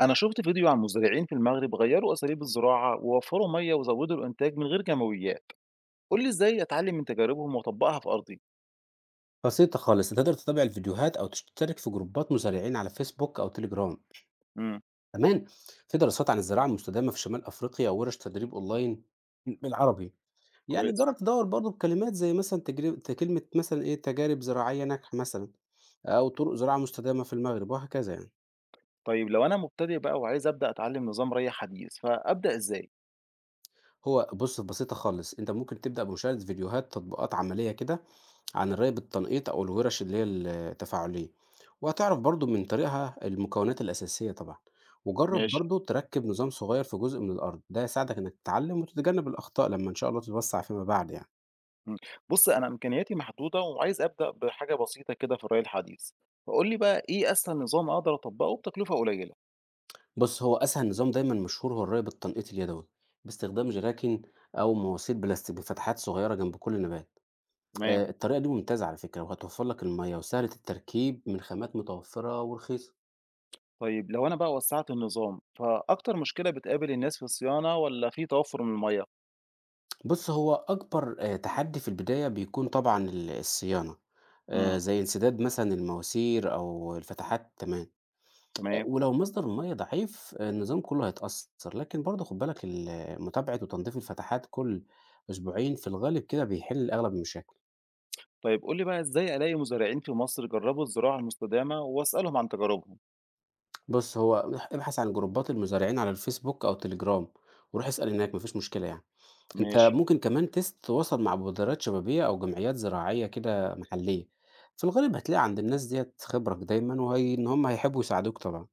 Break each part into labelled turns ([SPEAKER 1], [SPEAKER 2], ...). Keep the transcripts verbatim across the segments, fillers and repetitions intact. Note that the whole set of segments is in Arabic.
[SPEAKER 1] أنا شُفت فيديو عن مزارعين في المغرب غيّروا أساليب الزراعة ووفّروا مَيّة وزوّدوا الإنتاج من غير كيماويات، قُل لي إزاي أتعلّم من تجاربهم وأطبّقها في أرضي؟
[SPEAKER 2] بسيطة خالص، انت تقدر تتابع الفيديوهات او تشترك في جروبات مزارعين على فيسبوك او تليجرام.
[SPEAKER 1] إمم،
[SPEAKER 2] كمان في دراسات عن الزراعة المستدامة في شمال افريقيا وورش تدريب اونلاين بالعربي. يعني
[SPEAKER 1] كويس.
[SPEAKER 2] جرب تدور برضو بكلمات زي مثلا تجربة كلمة مثلا ايه، تجارب زراعية ناجحة مثلا، او طرق زراعة مستدامة في المغرب وهكذا يعني.
[SPEAKER 1] طيب لو أنا مبتدئ بقى وعايز أبدأ أتعلّم نظام ري حديث، فأبدأ إزاي؟
[SPEAKER 2] هو بُص، بسيطة خالص، أنت ممكن تبدأ بمشاهدة فيديوهات تطبيقات عملية كده عن الري بالتنقيط أو الورش اللي هي التفاعلية، وهتعرف برضه من طريقها المكونات الأساسية طبعًا، وجرّب
[SPEAKER 1] ماشي،
[SPEAKER 2] برضه تركّب نظام صغير في جزء من الأرض، ده هيساعدك إنك تتعلم وتتجنب الأخطاء لمّا إن شاء الله تتوسّع فيما بعد يعني.
[SPEAKER 1] إمم. بُص، أنا إمكانياتي محدودة وعايز أبدأ بحاجة بسيطة كده في الري الحديث، فقُل لي بقى إيه أسهل نظام أقدر أطبّقه بتكلفة قليلة؟
[SPEAKER 2] بُص، هو أسهل نظام دايمًا مشهور هو الري بالتنقيط اليدوي، باستخدام جراكن أو مواسير بلاستيك بفتحات صغيرة جنب كل نبات.
[SPEAKER 1] تمام.
[SPEAKER 2] آآ الطريقة دي ممتازة على فكرة وهتوفّر لك المَيّة وسهلة التركيب من خامات متوفّرة ورخيصة.
[SPEAKER 1] طيب لو أنا بقى وسّعت النظام، فأكتر مشكلة بتقابل الناس في الصيانة والّا في توفُّر من المَيّة؟
[SPEAKER 2] بُص، هو أكبر آآ تحدّي في البداية بيكون طبعًا ال الصيانة، آآ
[SPEAKER 1] إمم،
[SPEAKER 2] زي انسداد مثلًا المواسير أو الفتحات، تمام. أ
[SPEAKER 1] تمام.
[SPEAKER 2] ولو مصدر المَيّة ضعيف آه، النظام كُلّه هيتأثّر، لكن برضه خُد بالك ال متابعة وتنضيف الفتحات كل أسبوعين في الغالب كده بيحل أغلب المشاكل.
[SPEAKER 1] طيب قُل لي بقى إزاي ألاقي مزارعين في مصر جرّبوا الزراعة المستدامة وأسألهم عن تجاربهم؟
[SPEAKER 2] بُص، هو ابح ابحث عن جروبات المزارعين على الفيسبوك أو تليجرام، وروح اسأل هناك ما فيش مشكلة يعني. أنت
[SPEAKER 1] ماشي،
[SPEAKER 2] ممكن كمان تس تتواصل مع مبادرات شبابية أو جمعيات زراعية كده محلية، في الغالب هتلاقي عند الناس ديّة خبرك دايمًا، وهي إن هم هيحبوا يساعدوك طبعًا.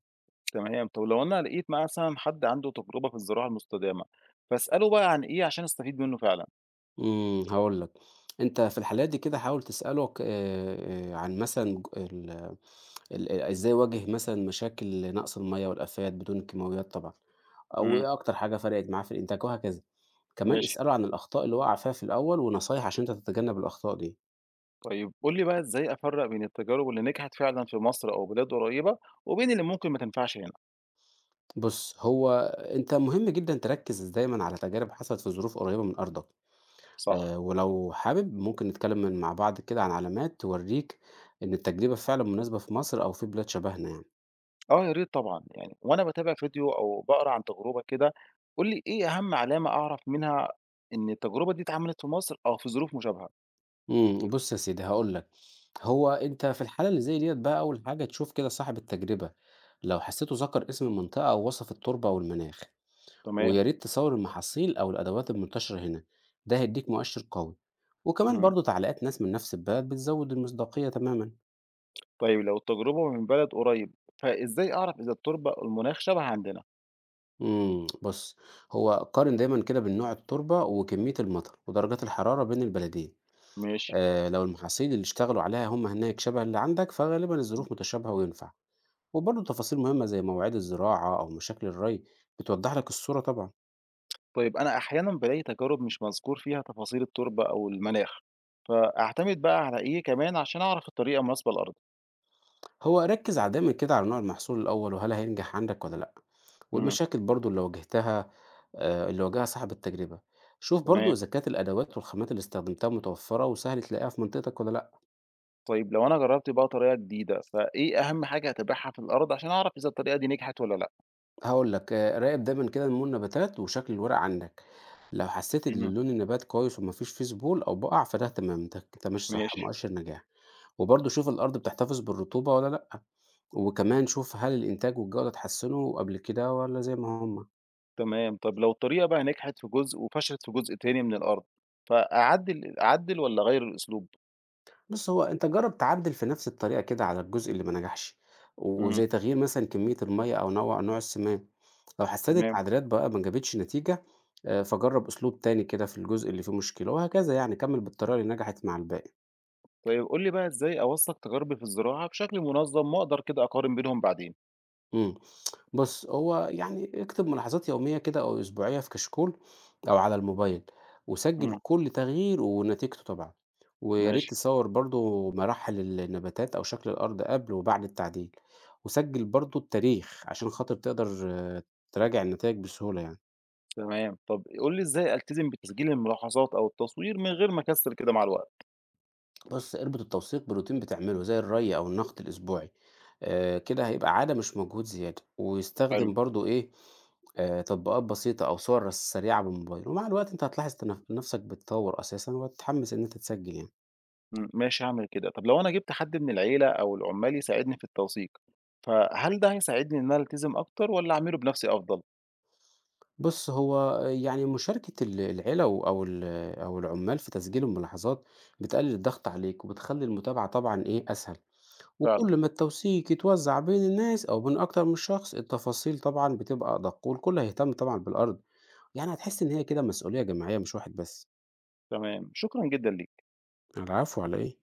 [SPEAKER 1] تمام. طب لو أنا لقيت مثلًا حد عنده تجربة في الزراعة المستدامة، فاسأله بقى عن إيه عشان أستفيد منّه فعلًا؟
[SPEAKER 2] إمم، هاقول لك، أنت في الحالات دي كده حاول تسألك آآ، آآ، عن مثلًا ج ال ال آآ إزاي واجه مثلًا مشاكل نقص المَيّة والآفات بدون الكيماويات طبعًا، أو
[SPEAKER 1] إمم،
[SPEAKER 2] إيه أكتر حاجة فرقت معاه في الإنتاج وهكذا. كمان
[SPEAKER 1] ماشي.
[SPEAKER 2] اسأله عن الأخطاء اللي وقع فيها في الأول ونصايح عشان أنت تتجنب الأخطاء دي.
[SPEAKER 1] طيب قُل لي بقى إزاي أفرّق بين التجارب اللي نجحت فعلًا في مصر أو بلاد قريّبة وبين اللي ممكن ما تنفعش هنا؟
[SPEAKER 2] بُص، هو أنت مهم جدًا تركّز دايمًا على تجارب حصلت في ظروف قريبة من أرضك،
[SPEAKER 1] صح.
[SPEAKER 2] آآ ولو حابب ممكن نتكلم من مع بعض كده عن علامات تورّيك إن التجربة فعلًا مناسبة في مصر أو في بلاد شبهنا يعني.
[SPEAKER 1] آه، يا ريت طبعًا. يعني وأنا باتابع فيديو أو باقرا عن تجربة كده، قُل لي إيه أهم علامة أعرف منها إن التجربة دي اتعملت في مصر أو في ظروف مشابهة؟
[SPEAKER 2] إمم، بُص يا سيدي هاقول لك، هو أنت في الحالة اللي زي ديّة بقى أول حاجة تشوف كده صاحب التجربة، لو حسيته ذكر اسم المنطقة أو وصف التربة أو المناخ، ويا
[SPEAKER 1] تمام.
[SPEAKER 2] ريت تصور المحاصيل أو الأدوات المنتشرة هنا، ده هيديك مؤشر قوي، وكمان
[SPEAKER 1] إمم.
[SPEAKER 2] برضه تعليقات ناس من نفس البلد بتزود المصداقية تمامًا.
[SPEAKER 1] طيب لو التجربة من بلد قريب فإزاي أعرف إذا التربة المناخ شبه عندنا؟
[SPEAKER 2] إمم، بُص، هو قارن دايمًا كده بين نوع التربة وكمية المطر ودرجات الحرارة بين البلدين.
[SPEAKER 1] ماشي.
[SPEAKER 2] آآ لو المحاصيل اللي اشتغلوا عليها هم هناك شبه اللي عندك، فغالبًا الظروف متشابهة وينفع. وبرضه تفاصيل مهمة زي مواعيد الزراعة أو مشاكل الري بتوضح لك الصورة طبعا.
[SPEAKER 1] طيب أنا أحيانا بلاقي تجارب مش مذكور فيها تفاصيل التربة أو المناخ فأعتمد بقى على إيه كمان عشان أعرف الطريقة المناسبة لأرضي.
[SPEAKER 2] هو ركز على- دايما كده على نوع المحصول الأول وهل هينجح عندك ولا لأ،
[SPEAKER 1] امم
[SPEAKER 2] والمشاكل برضه اللي واجهتها آه، اللي واجهها صاحب التجربة. شوف
[SPEAKER 1] تمام.
[SPEAKER 2] برضه إذا كانت الأدوات والخامات اللي استخدمتها متوفرة وسهل تلاقيها في منطقتك ولا لأ.
[SPEAKER 1] طيب لو أنا جربت بقى طريقة جديدة فإيه أهم حاجة أتابعها في الأرض عشان أعرف إذا الطريقة دي نجحت ولا لأ؟
[SPEAKER 2] هقول لك آه، راقب دايما كده نمو النباتات وشكل الورق عندك، لو حسيت إن
[SPEAKER 1] امم
[SPEAKER 2] لون النبات كويس ومفيش فيه ذبول أو بقع فده تمام، أنت أنت ماشي صح،
[SPEAKER 1] ماشي.
[SPEAKER 2] مؤشر نجاح. وبرضه شوف الأرض بتحتفظ بالرطوبة ولا لأ، وكمان شوف هل الإنتاج والجودة اتحسنوا قبل كده والّا زي ما هُم؟
[SPEAKER 1] تمام. طب لو الطريقة بقى نجحت في جزء وفشلت في جزء تاني من الأرض فأعدل أعدل ولا أغير الأسلوب؟
[SPEAKER 2] بُص، هو أنت جرّب تعدِّل في نفس الطريقة كده على الجزء اللي ما نجحش،
[SPEAKER 1] امم
[SPEAKER 2] وزي تغيير مثلًا كمية المَيّة أو نوع نوع السماد. لو حسيت
[SPEAKER 1] تمام.
[SPEAKER 2] التعديلات بقى ما جابتش نتيجة، آآ فجرّب أسلوب تاني كده في الجزء اللي فيه مشكلة وهكذا يعني، كمّل بالطريقة اللي نجحت مع الباقي.
[SPEAKER 1] طيب قُل لي بقى إزاي أوثّق تجاربي في الزراعة بشكل منظّم وأقدر كده أقارن بينهم بعدين؟
[SPEAKER 2] إمم. بُص، هو يعني اكتب ملاحظات يومية كده أو أسبوعية في كشكول أو على الموبايل، وسجّل
[SPEAKER 1] إمم،
[SPEAKER 2] كل تغيير ونتيجته طبعًا، ويا ريت
[SPEAKER 1] ماشي،
[SPEAKER 2] تصوّر برضه مراحل ال النباتات أو شكل الأرض قبل وبعد التعديل، وسجّل برضه التاريخ عشان خاطر تقدر آه، تراجع النتايج بسهولة يعني.
[SPEAKER 1] تمام. طب قُل لي إزاي ألتزم بتسجيل الملاحظات أو التصوير من غير ما أكسّل كده مع الوقت؟
[SPEAKER 2] بُص، اربط التوثيق بروتين بتعمله زي الري أو النقط الأسبوعي، آآ كده هيبقى عادة مش مجهود زيادة،
[SPEAKER 1] حلو.
[SPEAKER 2] ويستخدم برضه إيه، آآ تطبيقات بسيطة أو صور رس سريعة بالموبايل، ومع الوقت أنت هتلاحظ تن نفسك بتطور أساسًا وهتتحمس إن أنت تسجل يعني.
[SPEAKER 1] إمم، ماشي هاعمل كده. طب لو أنا جِبت حد من العيلة أو العُمّال يساعدني في التوثيق، فهل ده هيساعدني إن أنا ألتزم أكتر والّا أعمله بنَفْسي أفضل؟
[SPEAKER 2] بُص، هو آه، يعني مشاركة ال العيلة و أو ال أو العمال في تسجيل الملاحظات بتقلل الضغط عليك، وبتخلي المتابعة طبعًا إيه، أسهل،
[SPEAKER 1] فعلًا،
[SPEAKER 2] وكل ما التوثيق يتوزع بين الناس أو بين أكتر من شخص، التفاصيل طبعًا بتبقى أدق، والكل هيهتم طبعًا بالأرض. يعني هتحس إن هي كده مسؤولية جماعية مش واحد بس.
[SPEAKER 1] تمام. شكرًا جدًا ليك.
[SPEAKER 2] على العفو، على إيه؟